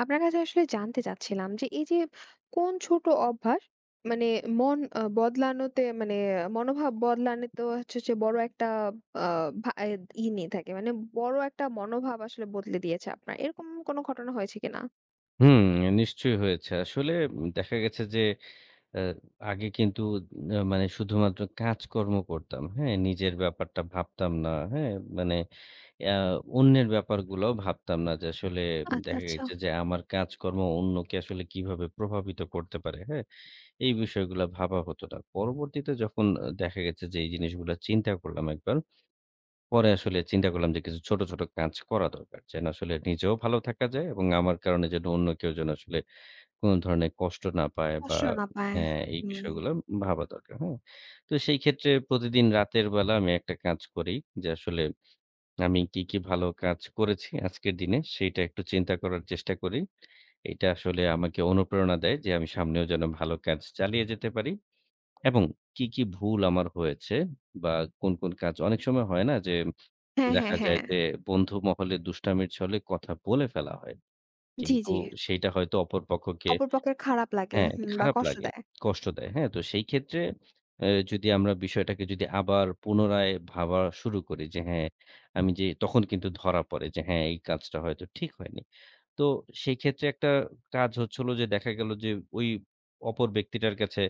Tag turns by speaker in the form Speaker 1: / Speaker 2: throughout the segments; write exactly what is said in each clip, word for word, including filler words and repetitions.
Speaker 1: আপনার কাছে আসলে জানতে চাচ্ছিলাম যে এই যে কোন ছোট অভ্যাস মানে মন আ বদলানোতে মানে মনোভাব বদলানোতে হচ্ছে যে বড় একটা আ ভা এদ ই নিয়ে থাকে। মানে বড় একটা মনোভাব আসলে বদলে দিয়েছে আপনার। এরকম কোনো ঘটনা হয়েছে কিনা?
Speaker 2: হুম, নিশ্চয়ই হয়েছে। আসলে উম দেখা গেছে যে আ আগে কিন্তু আ মানে শুধুমাত্র কাজকর্ম করতাম। হ্যাঁ? নিজের ব্যাপারটা ভাবতাম না। হ্যাঁ? মানে আ অন্যের ব্যাপারগুলোও ভাবতাম না যে আসলে
Speaker 1: আচ্ছা,
Speaker 2: দেখা
Speaker 1: আচ্ছা।
Speaker 2: গেছে যে আমার কাজকর্ম অন্যকে আসলে কিভাবে প্রভাবিত করতে পারে। হ্যাঁ? এই বিষয়গুলো ভাবা হতো না। পরবর্তীতে যখন আ দেখা গেছে যে এই জিনিসগুলো চিন্তা করলাম একবার। পরে আসলে চিন্তা করলাম যে কিছু ছোট, ছোট কাজ করা দরকার। যেন আসলে নিজেও ভালো থাকা যায় এবং আমার কারণে যেন অন্য কেউ যেন আসলে কোন ধরনের কষ্ট না পায় বা
Speaker 1: কষ্ট না পায়।
Speaker 2: হ্যাঁ, এই
Speaker 1: হুম।
Speaker 2: বিষয়গুলো ভাবা দরকার। হ্যাঁ? তো সেই ক্ষেত্রে প্রতিদিন রাতের বেলা আমি একটা কাজ করি যে আসলে আমি কি, কি ভালো কাজ করেছি আজকের দিনে সেইটা একটু চিন্তা করার চেষ্টা করি। এটা আসলে আমাকে অনুপ্রেরণা দেয় যে আমি সামনেও যেন ভালো কাজ চালিয়ে যেতে পারি এবং কি, কি ভুল আমার হয়েছে বা কোন, কোন কাজ অনেক সময় হয় না যে
Speaker 1: হ্যাঁ, হ্যাঁ,
Speaker 2: দেখা যায়
Speaker 1: হ্যাঁ।
Speaker 2: যে বন্ধু মহলে দুষ্টামির ছলে কথা বলে ফেলা হয়।
Speaker 1: জি,
Speaker 2: কিন্তু
Speaker 1: জি।
Speaker 2: সেইটা হয়তো অপর পক্ষকে
Speaker 1: অপরপক্ষের খারাপ লাগে,
Speaker 2: হ্যাঁ,
Speaker 1: হুম, বা
Speaker 2: খারাপ
Speaker 1: কষ্ট
Speaker 2: লাগে।
Speaker 1: দেয়।
Speaker 2: কষ্ট দেয়। হ্যাঁ? তো সেই ক্ষেত্রে এ যদি আমরা বিষয়টাকে যদি আবার পুনরায় ভাবা শুরু করি যে হ্যাঁ, আমি যে তখন কিন্তু ধরা পড়ে যে হ্যাঁ, এই কাজটা হয়তো ঠিক হয়নি। তো সেই ক্ষেত্রে একটা কাজ হচ্ছে হলো যে দেখা গেল যে ওই অপর ব্যক্তিটার কাছে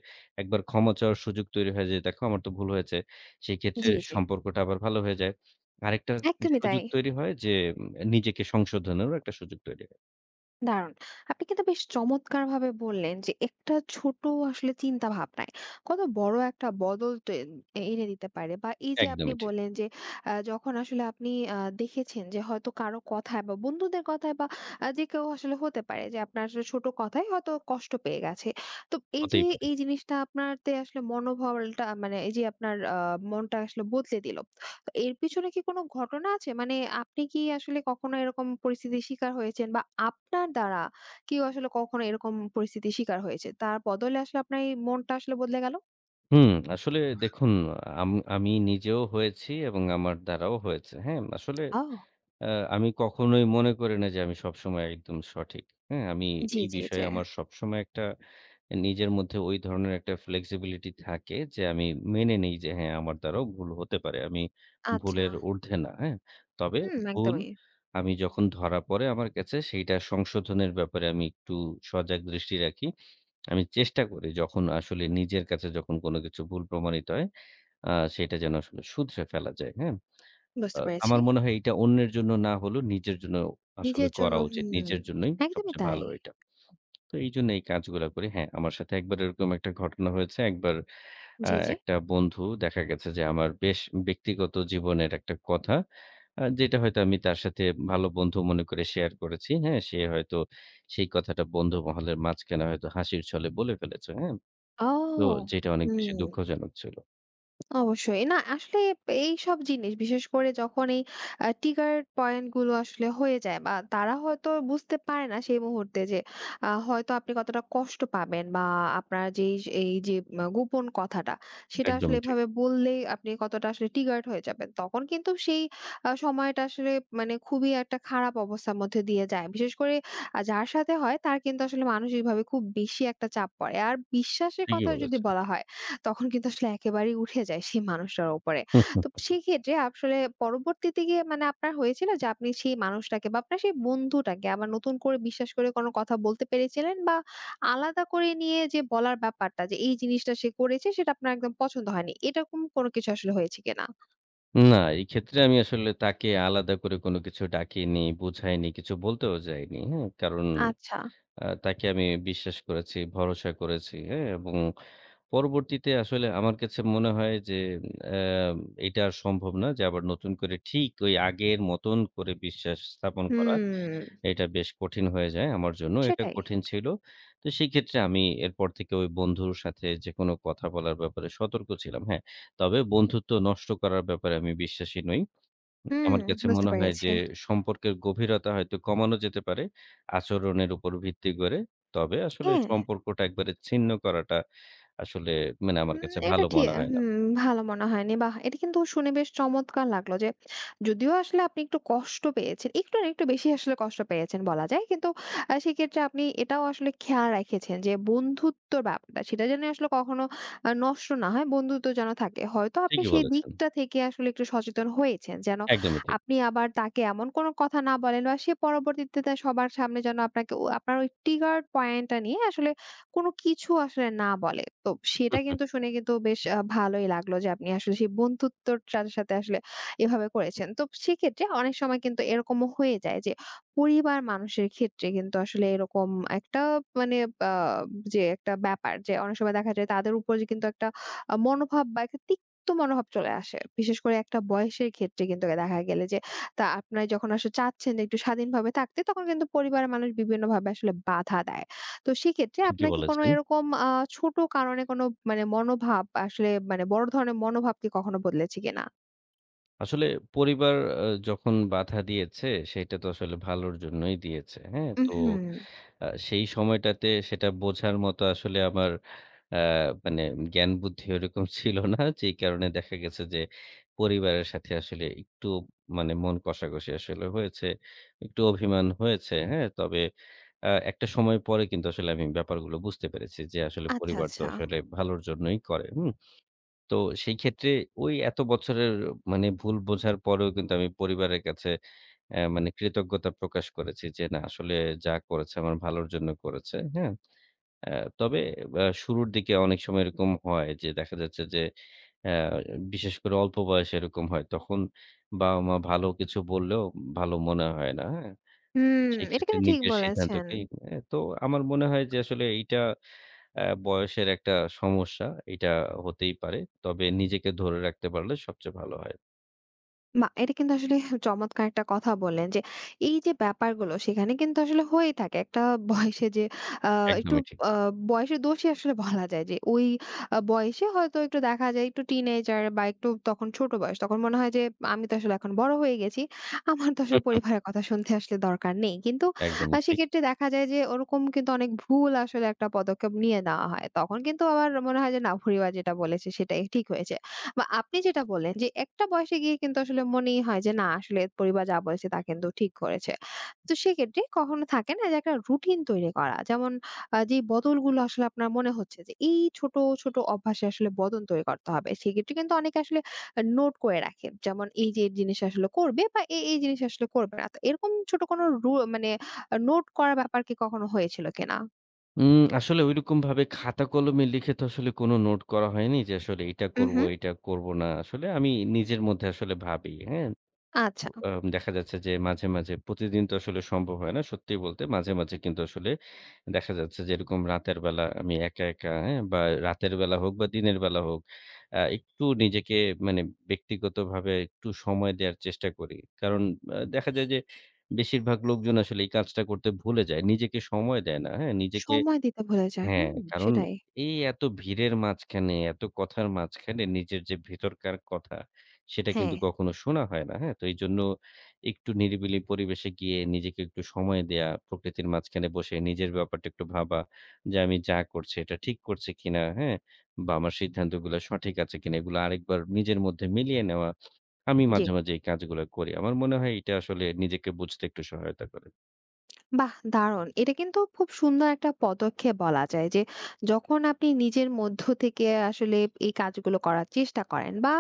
Speaker 2: একবার ক্ষমা চাওয়ার সুযোগ তৈরি হয়ে যায়। দেখো আমার তো ভুল হয়েছে। সেই ক্ষেত্রে
Speaker 1: জি, জি।
Speaker 2: সম্পর্কটা আবার ভালো হয়ে যায়। আরেকটা
Speaker 1: একদমই তাই।
Speaker 2: সুযোগ তৈরি হয় যে উম নিজেকে সংশোধনেরও একটা সুযোগ তৈরি হয়।
Speaker 1: দারুণ। আপনি কিন্তু বেশ চমৎকারভাবে বললেন যে একটা ছোট আসলে চিন্তা ভাবনায় কত বড় একটা বদল তো এন এনে দিতে পারে। বা এই যে আপনি
Speaker 2: একদমই ঠিক।
Speaker 1: বললেন যে আ যখন আসলে আপনি আ দেখেছেন যে হয়তো কারো কথায় বা বন্ধুদের কথায় বা আ যে কেউ আসলে হতে পারে যে আপনার আসলে ছোট কথায় হয়তো কষ্ট পেয়ে গেছে। তো এই যে
Speaker 2: হতেই পারে।
Speaker 1: এই জিনিসটা আপনারতে আসলে মনোবলটা মানে এই যে আপনার আ মনটা আসলে বদলে দিল। এর পেছনে কি কোনো ঘটনা আছে? মানে আপনি কি আসলে কখনো এরকম পরিস্থিতির শিকার হয়েছেন, বা আপনার দ্বারা কেউ আসলে কখনো এরকম পরিস্থিতির শিকার হয়েছে? তার বদলে আসলে আপনার এই মনটা আসলে বদলে গেল?
Speaker 2: হুম, আসলে দেখুন আম আমি নিজেও হয়েছি এবং আমার দ্বারাও হয়েছে। হ্যাঁ? আসলে
Speaker 1: ও!
Speaker 2: আ আমি কখনোই মনে করি না যে আমি সবসময় একদম সঠিক। হ্যাঁ? আমি
Speaker 1: জি,
Speaker 2: এই
Speaker 1: জি, জি।
Speaker 2: বিষয়ে আমার সবসময় একটা নিজের মধ্যে ওই ধরনের একটা flexibility থাকে যে আমি মেনে নেই যে হ্যাঁ, আমার দ্বারাও ভুল হতে পারে। আমি
Speaker 1: আচ্ছা।
Speaker 2: ভুলের ঊর্ধ্বে না। হ্যাঁ? তবে
Speaker 1: হুম,
Speaker 2: ভুল
Speaker 1: একদমই।
Speaker 2: আমি যখন ধরা পড়ে আমার কাছে সেইটা সংশোধনের ব্যাপারে আমি একটু সজাগ দৃষ্টি রাখি। আমি চেষ্টা করি যখন আসলে নিজের কাছে যখন কোনো কিছু ভুল প্রমাণিত হয়, আ সেটা যেন আসলে শুধরে ফেলা যায়, হ্যাঁ?
Speaker 1: বুঝতে
Speaker 2: আ
Speaker 1: পেরেছি।
Speaker 2: আমার মনে হয় এটা অন্যের জন্য না হলেও নিজের জন্য আসলে
Speaker 1: নিজের জন্য।
Speaker 2: করা উচিত।
Speaker 1: হুম।
Speaker 2: নিজের জন্যই
Speaker 1: একদমই
Speaker 2: সবচেয়ে
Speaker 1: তাই।
Speaker 2: ভালো এটা। তো এইজন্য এই কাজগুলা করি। হ্যাঁ, আমার সাথে একবার এরকম একটা ঘটনা হয়েছে। একবার আ
Speaker 1: জি, জি।
Speaker 2: একটা বন্ধু দেখা গেছে যে আমার বেশ ব্যক্তিগত জীবনের একটা কথা আ যেটা হয়তো আমি তার সাথে ভালো বন্ধু মনে করে শেয়ার করেছি, হ্যাঁ? সে হয়তো সেই কথাটা বন্ধু মহলের মাঝখানে হয়তো হাসির ছলে বলে ফেলেছে, হ্যাঁ? তো
Speaker 1: ও!
Speaker 2: যেটা অনেক বেশি
Speaker 1: হুম।
Speaker 2: দুঃখজনক ছিল।
Speaker 1: অবশ্যই। না আসলে এইসব জিনিস বিশেষ করে যখন এই আ ট্রিগার পয়েন্ট গুলো আসলে হয়ে যায়, বা তারা হয়তো বুঝতে পারে না সেই মুহূর্তে যে আ হয়তো আপনি কতটা কষ্ট পাবেন, বা আপনার যেই এই এই যে আ গোপন কথাটা, সেটা আসলে
Speaker 2: একদমই ঠিক।
Speaker 1: এভাবে বললেই আপনি কতটা আসলে ট্রিগার্ড হয়ে যাবেন। তখন কিন্তু সেই আ সময়টা আসলে মানে খুবই একটা খারাপ অবস্থার মধ্যে দিয়ে যায়। বিশেষ করে আ যার সাথে হয় তার কিন্তু আসলে মানসিকভাবে খুব বেশি একটা চাপ পড়ে। আর বিশ্বাসের
Speaker 2: ঠিকই
Speaker 1: কথা যদি
Speaker 2: বলেছেন।
Speaker 1: বলা হয়, তখন কিন্তু আসলে একেবারেই উঠে যায় সেই মানুষটার উপরে।
Speaker 2: হুম,
Speaker 1: তো
Speaker 2: হুম।
Speaker 1: সেক্ষেত্রে আসলে পরবর্তীতে গিয়ে মানে আপনার হয়েছিল যে আপনি সেই মানুষটাকে বা আপনার সেই বন্ধুটাকে আবার নতুন করে বিশ্বাস করে কোনো কথা বলতে পেরেছিলেন, বা আলাদা করে নিয়ে যে বলার ব্যাপারটা যে এই জিনিসটা সে করেছে সেটা আপনার একদম পছন্দ হয়নি, এরকম কোনো কিছু আসলে হয়েছে কিনা?
Speaker 2: না, এই ক্ষেত্রে আমি আসলে তাকে আলাদা করে কোনো কিছু ডাকিনি, বুঝাইনি, কিছু বলতেও যাইনি। হ্যাঁ? কারণ
Speaker 1: আচ্ছা।
Speaker 2: আ তাকে আমি বিশ্বাস করেছি, ভরসা করেছি। হ্যাঁ? এবং পরবর্তীতে আসলে আমার কাছে মনে হয় যে অ্যা এটা আর সম্ভব না যে আবার নতুন করে ঠিক ওই আগের মতন করে বিশ্বাস স্থাপন করা।
Speaker 1: হুম,
Speaker 2: এটা বেশ কঠিন হয়ে যায় আমার জন্য। এটা
Speaker 1: সেটাই।
Speaker 2: কঠিন ছিল। তো সেক্ষেত্রে আমি এরপর থেকে ওই বন্ধুর সাথে যেকোনো কথা বলার ব্যাপারে সতর্ক ছিলাম। হ্যাঁ, তবে বন্ধুত্ব নষ্ট করার ব্যাপারে আমি বিশ্বাসী নই।
Speaker 1: হুম।
Speaker 2: আমার কাছে
Speaker 1: বুঝতে
Speaker 2: মনে হয়
Speaker 1: পেরেছি।
Speaker 2: যে সম্পর্কের গভীরতা হয়তো কমানো যেতে পারে আচরণের উপর ভিত্তি করে। তবে আসলে
Speaker 1: হ্যাঁ।
Speaker 2: সম্পর্কটা একবারে ছিন্ন করাটা আসলে মানে আমার
Speaker 1: হুম।
Speaker 2: কাছে
Speaker 1: এটা
Speaker 2: ভালো
Speaker 1: ঠি
Speaker 2: মনে হয় না।
Speaker 1: হুম, ভালো মনে হয়নি। বাহ! এটা কিন্তু শুনে বেশ চমৎকার লাগলো যে, যদিও আসলে আপনি একটু কষ্ট পেয়েছেন। একটু না, একটু বেশি আসলে কষ্ট পেয়েছেন বলা যায়। কিন্তু আ সেক্ষেত্রে আপনি এটাও আসলে খেয়াল রেখেছেন যে বন্ধুত্বর ব্যাপারটা সেটা যেন আসলে কখনো আ নষ্ট না হয়, বন্ধুত্ব যেন থাকে। হয়তো আপনি
Speaker 2: ঠিকই
Speaker 1: সেই
Speaker 2: বলেছেন।
Speaker 1: দিকটা থেকে আসলে একটু সচেতন হয়েছেন, যেন
Speaker 2: একদমই ঠিক।
Speaker 1: আপনি আবার তাকে এমন কোনো কথা না বলেন বা সে পরবর্তীতে তা সবার সামনে যেন আপনাকে ও আপনার ওই trigger point টা নিয়ে আসলে কোনো কিছু আসলে না বলে। তো সেটা কিন্তু শুনে কিন্তু বেশ আ ভালোই লাগলো যে আপনি আসলে সেই বন্ধুত্বটার সাথে আসলে এভাবে করেছেন। তো সেক্ষেত্রে অনেক সময় কিন্তু এরকমও হয়ে যায় যে পরিবার মানুষের ক্ষেত্রে কিন্তু আসলে এরকম একটা মানে আ যে একটা ব্যাপার যে অনেক সময় দেখা যায় তাদের উপরে যে কিন্তু একটা আ মনোভাব বা একটা তিক্ত মনোভাব চলে আসে। বিশেষ করে একটা বয়সের ক্ষেত্রে কিন্তু দেখা গেলে যে তা আপনারা যখন আসলে চাচ্ছেন যে একটু স্বাধীনভাবে থাকতে, তখন কিন্তু পরিবারের মানুষ বিভিন্নভাবে আসলে বাধা দেয়। তো সেক্ষেত্রে
Speaker 2: ঠিকই
Speaker 1: আপনার কি কোনো
Speaker 2: বলেছেন।
Speaker 1: এরকম আ ছোট কারণে কোনো মানে মনোভাব আসলে মানে বড় ধরনের মনোভাব কি কখনো বদলেছে কিনা?
Speaker 2: আসলে পরিবার আ যখন বাধা দিয়েছে, সেটা তো আসলে ভালোর জন্যই দিয়েছে। হ্যাঁ? তো
Speaker 1: উহুম।
Speaker 2: আ সেই সময়টাতে সেটা বোঝার মতো আসলে আমার আ মানে জ্ঞান বুদ্ধি ওরকম ছিল না। যেই কারণে দেখা গেছে যে পরিবারের সাথে আসলে একটু মানে মন কষাকষি আসলে হয়েছে। একটু অভিমান হয়েছে। হ্যাঁ? তবে আ একটা সময় পরে কিন্তু আসলে আমি ব্যাপারগুলো বুঝতে পেরেছি যে আসলে
Speaker 1: আচ্ছা,
Speaker 2: পরিবার তো
Speaker 1: আচ্ছা।
Speaker 2: আসলে ভালোর জন্যই করে। হুম? তো সেই ক্ষেত্রে ওই এত বছরের মানে ভুল বোঝার পরেও কিন্তু আমি পরিবারের কাছে অ্যা মানে কৃতজ্ঞতা প্রকাশ করেছি যে, না আসলে যা করেছে আমার ভালোর জন্য করেছে। হ্যাঁ? অ্যা তবে আ শুরুর দিকে অনেক সময় এরকম হয় যে দেখা যাচ্ছে যে অ্যা বিশেষ করে অল্প বয়সে এরকম হয়। তখন বাবা-মা ভালো কিছু বললেও ভালো মনে হয় না। হ্যাঁ?
Speaker 1: হুম,
Speaker 2: সেই
Speaker 1: এটা
Speaker 2: ক্ষেত্রে
Speaker 1: কিন্তু ঠিক
Speaker 2: নিজের
Speaker 1: বলেছেন।
Speaker 2: সিদ্ধান্তকেই অ্যা তো আমার মনে হয় যে আসলে এইটা অ্যা বয়সের একটা সমস্যা। এটা হতেই পারে। তবে নিজেকে ধরে রাখতে পারলে সবচেয়ে ভালো হয়।
Speaker 1: বাহ! এটা কিন্তু আসলে চমৎকার একটা কথা বললেন যে এই যে ব্যাপারগুলো সেখানে কিন্তু আসলে হয়েই থাকে। একটা বয়সে যে আ একটু
Speaker 2: একদমই ঠিক।
Speaker 1: আ বয়সের দোষই আসলে বলা যায় যে ওই আ বয়সে হয়তো একটু দেখা যায় একটু টিনেজার বা একটু তখন ছোট বয়স। তখন মনে হয় যে আমি তো আসলে এখন বড় হয়ে গেছি। আমার তো আসলে পরিবারের কথা শুনতে আসলে দরকার নেই। কিন্তু আ
Speaker 2: একদমই ঠিক।
Speaker 1: সেক্ষেত্রে দেখা যায় যে ওরকম কিন্তু অনেক ভুল আসলে একটা পদক্ষেপ নিয়ে নেওয়া হয়। তখন কিন্তু আবার মনে হয় যে না, পরিবার যেটা বলেছে সেটাই ঠিক হয়েছে। বা আপনি যেটা বললেন যে একটা বয়সে গিয়ে কিন্তু আসলে মনেই হয় যে না, আসলে পরিবার যা বলেছে তা কিন্তু ঠিক করেছে। তো সেক্ষেত্রে কখনো থাকে না যে একটা রুটিন তৈরি করা। যেমন আ যে বদলগুলো আসলে আপনার মনে হচ্ছে যে এই ছোট, ছোট অভ্যাসে আসলে বদল তৈরি করতে হবে। সেক্ষেত্রে কিন্তু অনেকে আসলে আ নোট করে রাখে। যেমন এই যে এই জিনিস আসলে করবে বা এই, এই জিনিস আসলে করবে না। তো এরকম ছোট কোনো রু মানে আ নোট করার ব্যাপার কি কখনো হয়েছিল কিনা?
Speaker 2: উম আসলে ঐরকমভাবে খাতা কলমে লিখে তো আসলে কোনো নোট করা হয়নি যে আসলে এটা
Speaker 1: উম
Speaker 2: করব,
Speaker 1: হুম।
Speaker 2: এটা করব না। আসলে আমি নিজের মধ্যে আসলে ভাবি, হ্যাঁ?
Speaker 1: আচ্ছা।
Speaker 2: আম দেখা যাচ্ছে যে মাঝে, মাঝে প্রতিদিন তো আসলে সম্ভব হয় না। সত্যি বলতে মাঝে, মাঝে কিন্তু আসলে দেখা যাচ্ছে যে এরকম রাতের বেলা আমি একা, একা হ্যাঁ? বা রাতের বেলা হোক বা দিনের বেলা হোক আ একটু নিজেকে মানে ব্যক্তিগতভাবে একটু সময় দেওয়ার চেষ্টা করি। কারণ আ দেখা যায় যে বেশিরভাগ লোকজন আসলে এই কাজটা করতে ভুলে যায়। নিজেকে সময় দেয় না, হ্যাঁ? নিজেকে
Speaker 1: সময় দিতে ভুলে যায়।
Speaker 2: হ্যাঁ,
Speaker 1: হুম,
Speaker 2: কারণ
Speaker 1: সেটাই।
Speaker 2: এই এত ভিড়ের মাঝখানে, এত কথার মাঝখানে নিজের যে ভেতরকার কথা, সেটা
Speaker 1: হ্যাঁ,
Speaker 2: কিন্তু কখনো শোনা হয় না। হ্যাঁ? তো এইজন্য একটু নিরিবিলি পরিবেশে গিয়ে নিজেকে একটু সময় দেয়া, প্রকৃতির মাঝখানে বসে নিজের ব্যাপারটা একটু ভাবা যে, আমি যা করছি এটা ঠিক করছি কিনা? হ্যাঁ? বা আমার সিদ্ধান্তগুলো সঠিক আছে কিনা? এগুলো আরেকবার নিজের মধ্যে মিলিয়ে নেওয়া। আমি
Speaker 1: জি।
Speaker 2: মাঝে, মাঝে এই কাজগুলো করি। আমার মনে হয় এটা আসলে নিজেকে বুঝতে একটু সহায়তা করে।
Speaker 1: বাহ! দারুণ। এটা কিন্তু খুব সুন্দর একটা পদক্ষেপ বলা যায় যে, যখন আপনি নিজের মধ্য থেকে আসলে এই কাজগুলো করার চেষ্টা করেন বা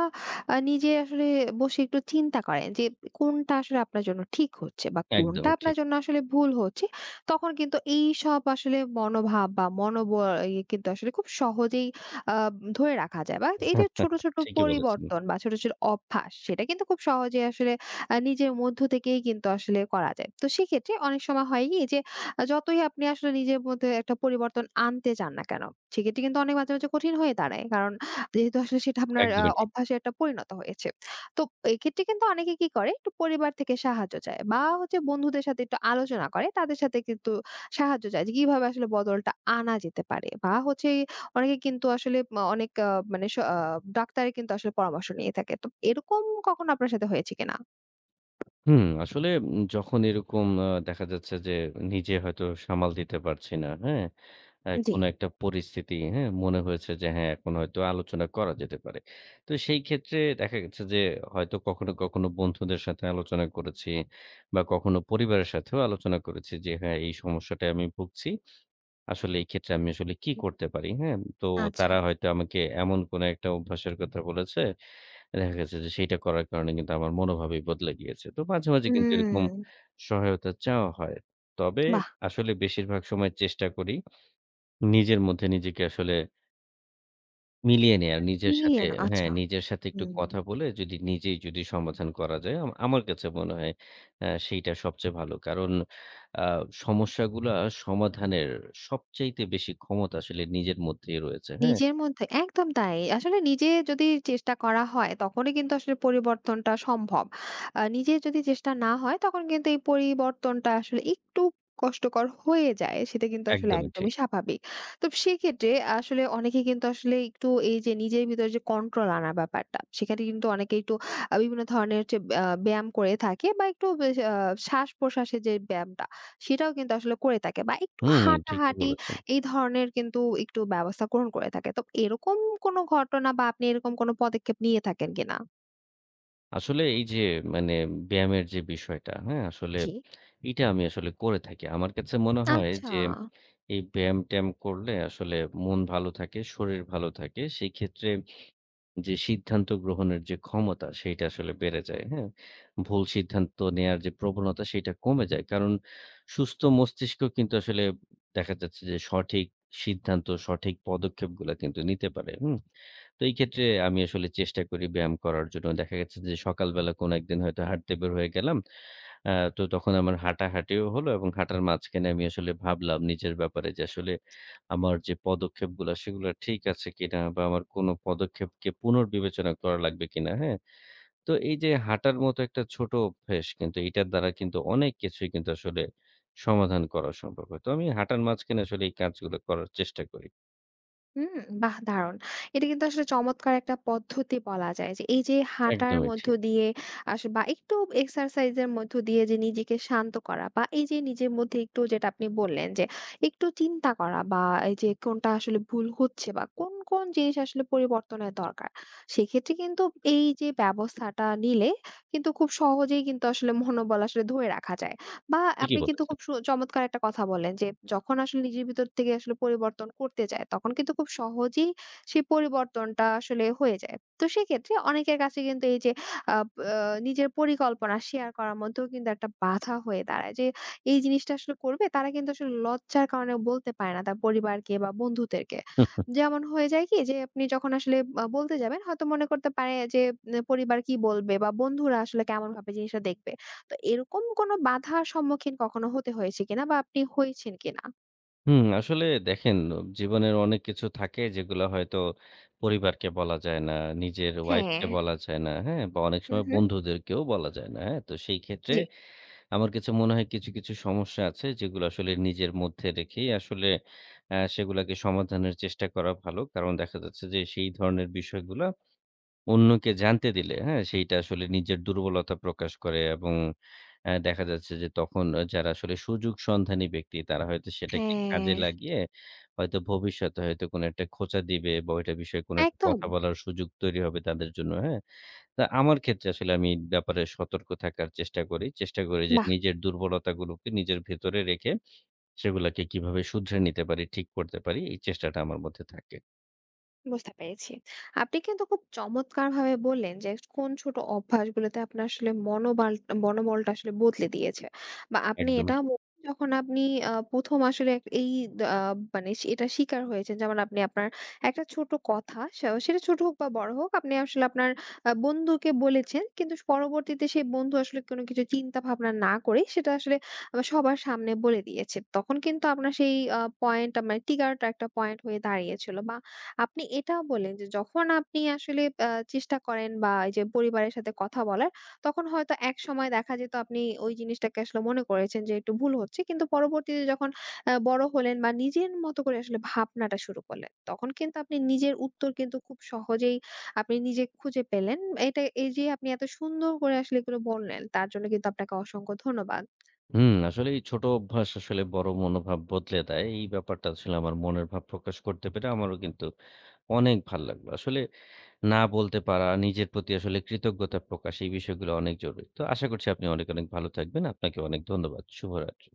Speaker 1: আ নিজে আসলে বসে একটু চিন্তা করেন যে কোনটা আসলে আপনার জন্য ঠিক হচ্ছে বা কোনটা
Speaker 2: একদমই
Speaker 1: আপনার
Speaker 2: ঠিক।
Speaker 1: জন্য আসলে ভুল হচ্ছে, তখন কিন্তু এইসব আসলে মনোভাব বা মনোবল ইয়ে কিন্তু আসলে খুব সহজেই আ ধরে রাখা যায়, বা এই যে ছোট, ছোট
Speaker 2: ঠিকই বলেছেন।
Speaker 1: পরিবর্তন বা ছোট, ছোট অভ্যাস সেটা কিন্তু খুব সহজেই আসলে আ নিজের মধ্য থেকেই কিন্তু আসলে করা যায়। তো সেক্ষেত্রে অনেক সময় হয় কি যে আ যতই আপনি আসলে নিজের মধ্যে একটা পরিবর্তন আনতে চান না কেন, সেক্ষেত্রে কিন্তু অনেক মাঝে, মাঝে কঠিন হয়ে দাঁড়ায়। কারণ যেহেতু আসলে সেটা আপনার আ
Speaker 2: একদমই ঠিক।
Speaker 1: অভ্যাসে একটা পরিণত হয়েছে। তো এক্ষেত্রে কিন্তু অনেকে কি করে, একটু পরিবার থেকে সাহায্য চায় বা হচ্ছে বন্ধুদের সাথে একটু আলোচনা করে। তাদের সাথে কিন্তু সাহায্য চায় যে কিভাবে আসলে বদলটা আনা যেতে পারে। বা হচ্ছে অনেকে কিন্তু আসলে মা অনেক আ মানে স আ ডাক্তারের কিন্তু আসলে পরামর্শ নিয়ে থাকে। তো এরকম কখনো আপনার সাথে হয়েছে কিনা?
Speaker 2: হুম, আসলে উম যখন এরকম আ দেখা যাচ্ছে যে নিজে হয়তো সামাল দিতে পারছি না, হ্যাঁ? আ
Speaker 1: জি,
Speaker 2: কোনো একটা পরিস্থিতি, হ্যাঁ? মনে হয়েছে যে হ্যাঁ, এখন হয়তো আলোচনা করা যেতে পারে। তো সেই ক্ষেত্রে দেখা গেছে যে হয়তো কখনো, কখনো বন্ধুদের সাথে আলোচনা করেছি বা কখনো পরিবারের সাথেও আলোচনা করেছি যে হ্যাঁ, এই সমস্যাটায় আমি ভুগছি। আসলে এই ক্ষেত্রে আমি আসলে কি করতে পারি, হ্যাঁ? তো
Speaker 1: আচ্ছা।
Speaker 2: তারা হয়তো আমাকে এমন কোনো একটা অভ্যাসের কথা বলেছে দেখা গেছে যে সেইটা করার কারণে কিন্তু আমার মনোভাবই বদলে গিয়েছে। তো মাঝে, মাঝে কিন্তু
Speaker 1: হুম,
Speaker 2: এরকম সহায়তা চাওয়া হয়। তবে
Speaker 1: বাহ!
Speaker 2: আসলে বেশিরভাগ সময় চেষ্টা করি নিজের মধ্যে নিজেকে আসলে মিলিয়ে নেয়ার। নিজের
Speaker 1: মিলিয়ে
Speaker 2: সাথে
Speaker 1: না,
Speaker 2: হ্যাঁ,
Speaker 1: আচ্ছা।
Speaker 2: নিজের সাথে একটু
Speaker 1: হুম।
Speaker 2: কথা বলে যদি নিজেই যদি সমাধান করা যায় আম আমার কাছে মনে হয় আ সেইটা সবচেয়ে ভালো। কারণ আ সমস্যাগুলা সমাধানের সবচাইতে বেশি ক্ষমতা আসলে নিজের মধ্যেই রয়েছে। হ্যাঁ?
Speaker 1: নিজের মধ্যে, একদম তাই। আসলে নিজে যদি চেষ্টা করা হয় তখনই কিন্তু আসলে পরিবর্তনটা সম্ভব। আ নিজে যদি চেষ্টা না হয়, তখন কিন্তু এই পরিবর্তনটা আসলে একটু কষ্টকর হয়ে যায়। সেটা কিন্তু আসলে
Speaker 2: একদমই
Speaker 1: একদমই
Speaker 2: ঠিক।
Speaker 1: স্বাভাবিক। তো সেক্ষেত্রে আসলে অনেকে কিন্তু আসলে একটু এই যে নিজের ভিতরে যে কন্ট্রোল আনার ব্যাপারটা, সেখানে কিন্তু অনেকে একটু আ বিভিন্ন ধরনের যে আ ব্যায়াম করে থাকে বা একটু বেশ আ শ্বাস-প্রশ্বাসের যে ব্যায়ামটা সেটাও কিন্তু আসলে করে থাকে, বা একটু
Speaker 2: হুম, ঠিকই
Speaker 1: হাঁটাহাঁটি
Speaker 2: বলেছেন।
Speaker 1: এই ধরনের কিন্তু একটু ব্যবস্থা গ্রহণ করে থাকে। তো এরকম কোনো ঘটনা বা আপনি এরকম কোনো পদক্ষেপ নিয়ে থাকেন কিনা?
Speaker 2: আসলে এই যে মানে ব্যায়ামের যে বিষয়টা, হ্যাঁ? আসলে
Speaker 1: জি।
Speaker 2: এটা আমি আসলে করে থাকি। আমার কাছে মনে হয়
Speaker 1: আচ্ছা।
Speaker 2: যে এই ব্যায়াম-ট্যায়াম করলে আসলে মন ভালো থাকে, শরীর ভালো থাকে। সেক্ষেত্রে যে সিদ্ধান্ত গ্রহণের যে ক্ষমতা সেইটা আসলে বেড়ে যায়। হ্যাঁ? ভুল সিদ্ধান্ত নেয়ার যে প্রবণতা সেটা কমে যায়। কারণ সুস্থ মস্তিষ্ক কিন্তু আসলে দেখা যাচ্ছে যে সঠিক সিদ্ধান্ত, সঠিক পদক্ষেপগুলা কিন্তু নিতে পারে। হুম? তো এই ক্ষেত্রে আমি আসলে চেষ্টা করি ব্যায়াম করার জন্য। দেখা গেছে যে সকালবেলা কোনো একদিন হয়তো হাঁটতে বের হয়ে গেলাম। আ তো তখন আমার হাঁটাহাঁটিও হলো এবং হাঁটার মাঝখানে আমি আসলে ভাবলাম নিজের ব্যাপারে যে আসলে আমার যে পদক্ষেপগুলা সেগুলা ঠিক আছে কিনা বা আমার কোনো পদক্ষেপকে পুনর্বিবেচনা করা লাগবে কিনা, হ্যাঁ? তো এই যে হাঁটার মতো একটা ছোট অভ্যাস কিন্তু এটার দ্বারা কিন্তু অনেক কিছুই কিন্তু আসলে সমাধান করা সম্ভব হয়। তো আমি হাঁটার মাঝখানে আসলে এই কাজগুলো করার চেষ্টা করি।
Speaker 1: হুম, বাহ! দারুণ। এটা কিন্তু আসলে চমৎকার একটা পদ্ধতি বলা যায় যে এই যে হাঁটার
Speaker 2: একদমই
Speaker 1: মধ্য
Speaker 2: ঠিক।
Speaker 1: দিয়ে আস বা একটু এক্সারসাইজের মধ্য দিয়ে যে নিজেকে শান্ত করা, বা এই যে নিজের মধ্যে একটু যেটা আপনি বললেন যে একটু চিন্তা করা, বা এই যে কোনটা আসলে ভুল হচ্ছে বা কোন, কোন জিনিস আসলে পরিবর্তনের দরকার। সেক্ষেত্রে কিন্তু এই যে ব্যবস্থাটা নিলে কিন্তু খুব সহজেই কিন্তু আসলে মনোবল আসলে ধরে রাখা যায়। বা
Speaker 2: ঠিকই
Speaker 1: আপনি কিন্তু
Speaker 2: বলেছেন।
Speaker 1: খুব সু চমৎকার একটা কথা বলেন যে যখন আসলে নিজের ভিতর থেকে আসলে পরিবর্তন করতে চায়, তখন কিন্তু খুব সহজেই সেই পরিবর্তনটা আসলে হয়ে যায়। তো সেক্ষেত্রে অনেকের কাছে কিন্তু এই যে আব আ নিজের পরিকল্পনা শেয়ার করার মধ্যেও কিন্তু একটা বাধা হয়ে দাঁড়ায় যে এই জিনিসটা আসলে করবে, তারা কিন্তু আসলে লজ্জার কারণে বলতে পারে না তার পরিবারকে বা বন্ধুদেরকে। যেমন হয়ে যায় কি যে আপনি যখন আসলে আ বলতে যাবেন হয়তো মনে করতে পারে যে উম, পরিবার কি বলবে বা বন্ধুরা আসলে কেমনভাবে জিনিসটা দেখবে। তো এরকম কোনো বাধার সম্মুখীন কখনো হতে হয়েছে কিনা বা আপনি হয়েছেন কিনা?
Speaker 2: হুম, আসলে দেখেন জীবনের অনেক কিছু থাকে যেগুলো হয়তো পরিবারকে বলা যায় না, নিজের
Speaker 1: হ্যাঁ।
Speaker 2: ওয়াইফকে বলা যায় না, হ্যাঁ? বা অনেক
Speaker 1: হু,
Speaker 2: সময়
Speaker 1: হু।
Speaker 2: বন্ধুদেরকেও বলা যায় না, হ্যাঁ? তো সেই ক্ষেত্রে
Speaker 1: জি।
Speaker 2: আমার কাছে মনে হয় কিছু, কিছু সমস্যা আছে যেগুলো আসলে নিজের মধ্যে রেখেই আসলে অ্যা সেগুলাকে সমাধানের চেষ্টা করা ভালো। কারণ দেখা যাচ্ছে যে সেই ধরনের বিষয়গুলা অন্যকে জানতে দিলে, হ্যাঁ? সেইটা আসলে নিজের দুর্বলতা প্রকাশ করে এবং অ্যা দেখা যাচ্ছে যে তখন যারা আসলে সুযোগ সন্ধানী ব্যক্তি তারা হয়তো সেটাকে কাজে
Speaker 1: হ্যাঁ,
Speaker 2: লাগিয়ে হয়তো ভবিষ্যতে হয়তো কোনো একটা খোঁচা দিবে বা ওইটা বিষয়ে কোনো একটা
Speaker 1: একদম।
Speaker 2: কথা বলার সুযোগ তৈরি হবে তাদের জন্য, হ্যাঁ? তা আমার ক্ষেত্রে আসলে আমি এই ব্যাপারে সতর্ক থাকার চেষ্টা করি। চেষ্টা করি যে
Speaker 1: বাহ!
Speaker 2: নিজের দুর্বলতাগুলোকে নিজের ভেতরে রেখে সেগুলাকে কিভাবে শুধরে নিতে পারি, ঠিক করতে পারি এই চেষ্টাটা আমার মধ্যে থাকে।
Speaker 1: বুঝতে পেরেছি। আপনি কিন্তু খুব চমৎকারভাবে বললেন যে কোন ছোট অভ্যাসগুলোতে আপনার আসলে মনোবাল মনোবলটা আসলে বদলে দিয়েছে। বা আপনি
Speaker 2: একদমই
Speaker 1: এটা ব
Speaker 2: ঠিক।
Speaker 1: যখন আপনি আ প্রথম আসলে এক- এই আ মানে সে- এটা শিকার হয়েছেন। যেমন আপনি আপনার একটা ছোট কথা, স সেটা ছোট হোক বা বড় হোক, আপনি আসলে আপনার আ বন্ধুকে বলেছেন। কিন্তু পরবর্তীতে সেই বন্ধু আসলে কোনো কিছু চিন্তা ভাবনা না করে সেটা আসলে আ সবার সামনে বলে দিয়েছে। তখন কিন্তু আপনার সেই আ পয়েন্ট মানে ট্রিগার টা একটা পয়েন্ট হয়ে দাঁড়িয়েছিল। বা আপনি এটাও বললেন যে যখন আপনি আসলে আ চেষ্টা করেন বা এই যে পরিবারের সাথে কথা বলার, তখন হয়তো একসময় দেখা যেত আপনি ওই জিনিসটাকে আসলে মনে করেছেন যে একটু ভুল হচ্ছে। কিন্তু পরবর্তীতে যখন আ বড় হলেন বা নিজের মতো করে আসলে ভাবনাটা শুরু করলেন, তখন কিন্তু আপনি নিজের উত্তর কিন্তু খুব সহজেই আপনি নিজে খুঁজে পেলেন। এটা এই যে আপনি এত সুন্দর করে আসলে এগুলো বললেন, তার জন্য কিন্তু আপনাকে অসংখ্য ধন্যবাদ।
Speaker 2: হুম, আসলে এই ছোট অভ্যাস আসলে বড় মনোভাব বদলে দেয়। এই ব্যাপারটা আসলে আমার মনের ভাব প্রকাশ করতে পেরে আমারও কিন্তু অনেক ভাল লাগলো। আসলে না বলতে পারা, নিজের প্রতি আসলে কৃতজ্ঞতা প্রকাশ এই বিষয়গুলো অনেক জরুরি। তো আশা করছি আপনি অনেক, অনেক ভালো থাকবেন। আপনাকে অনেক ধন্যবাদ। শুভরাত্রি।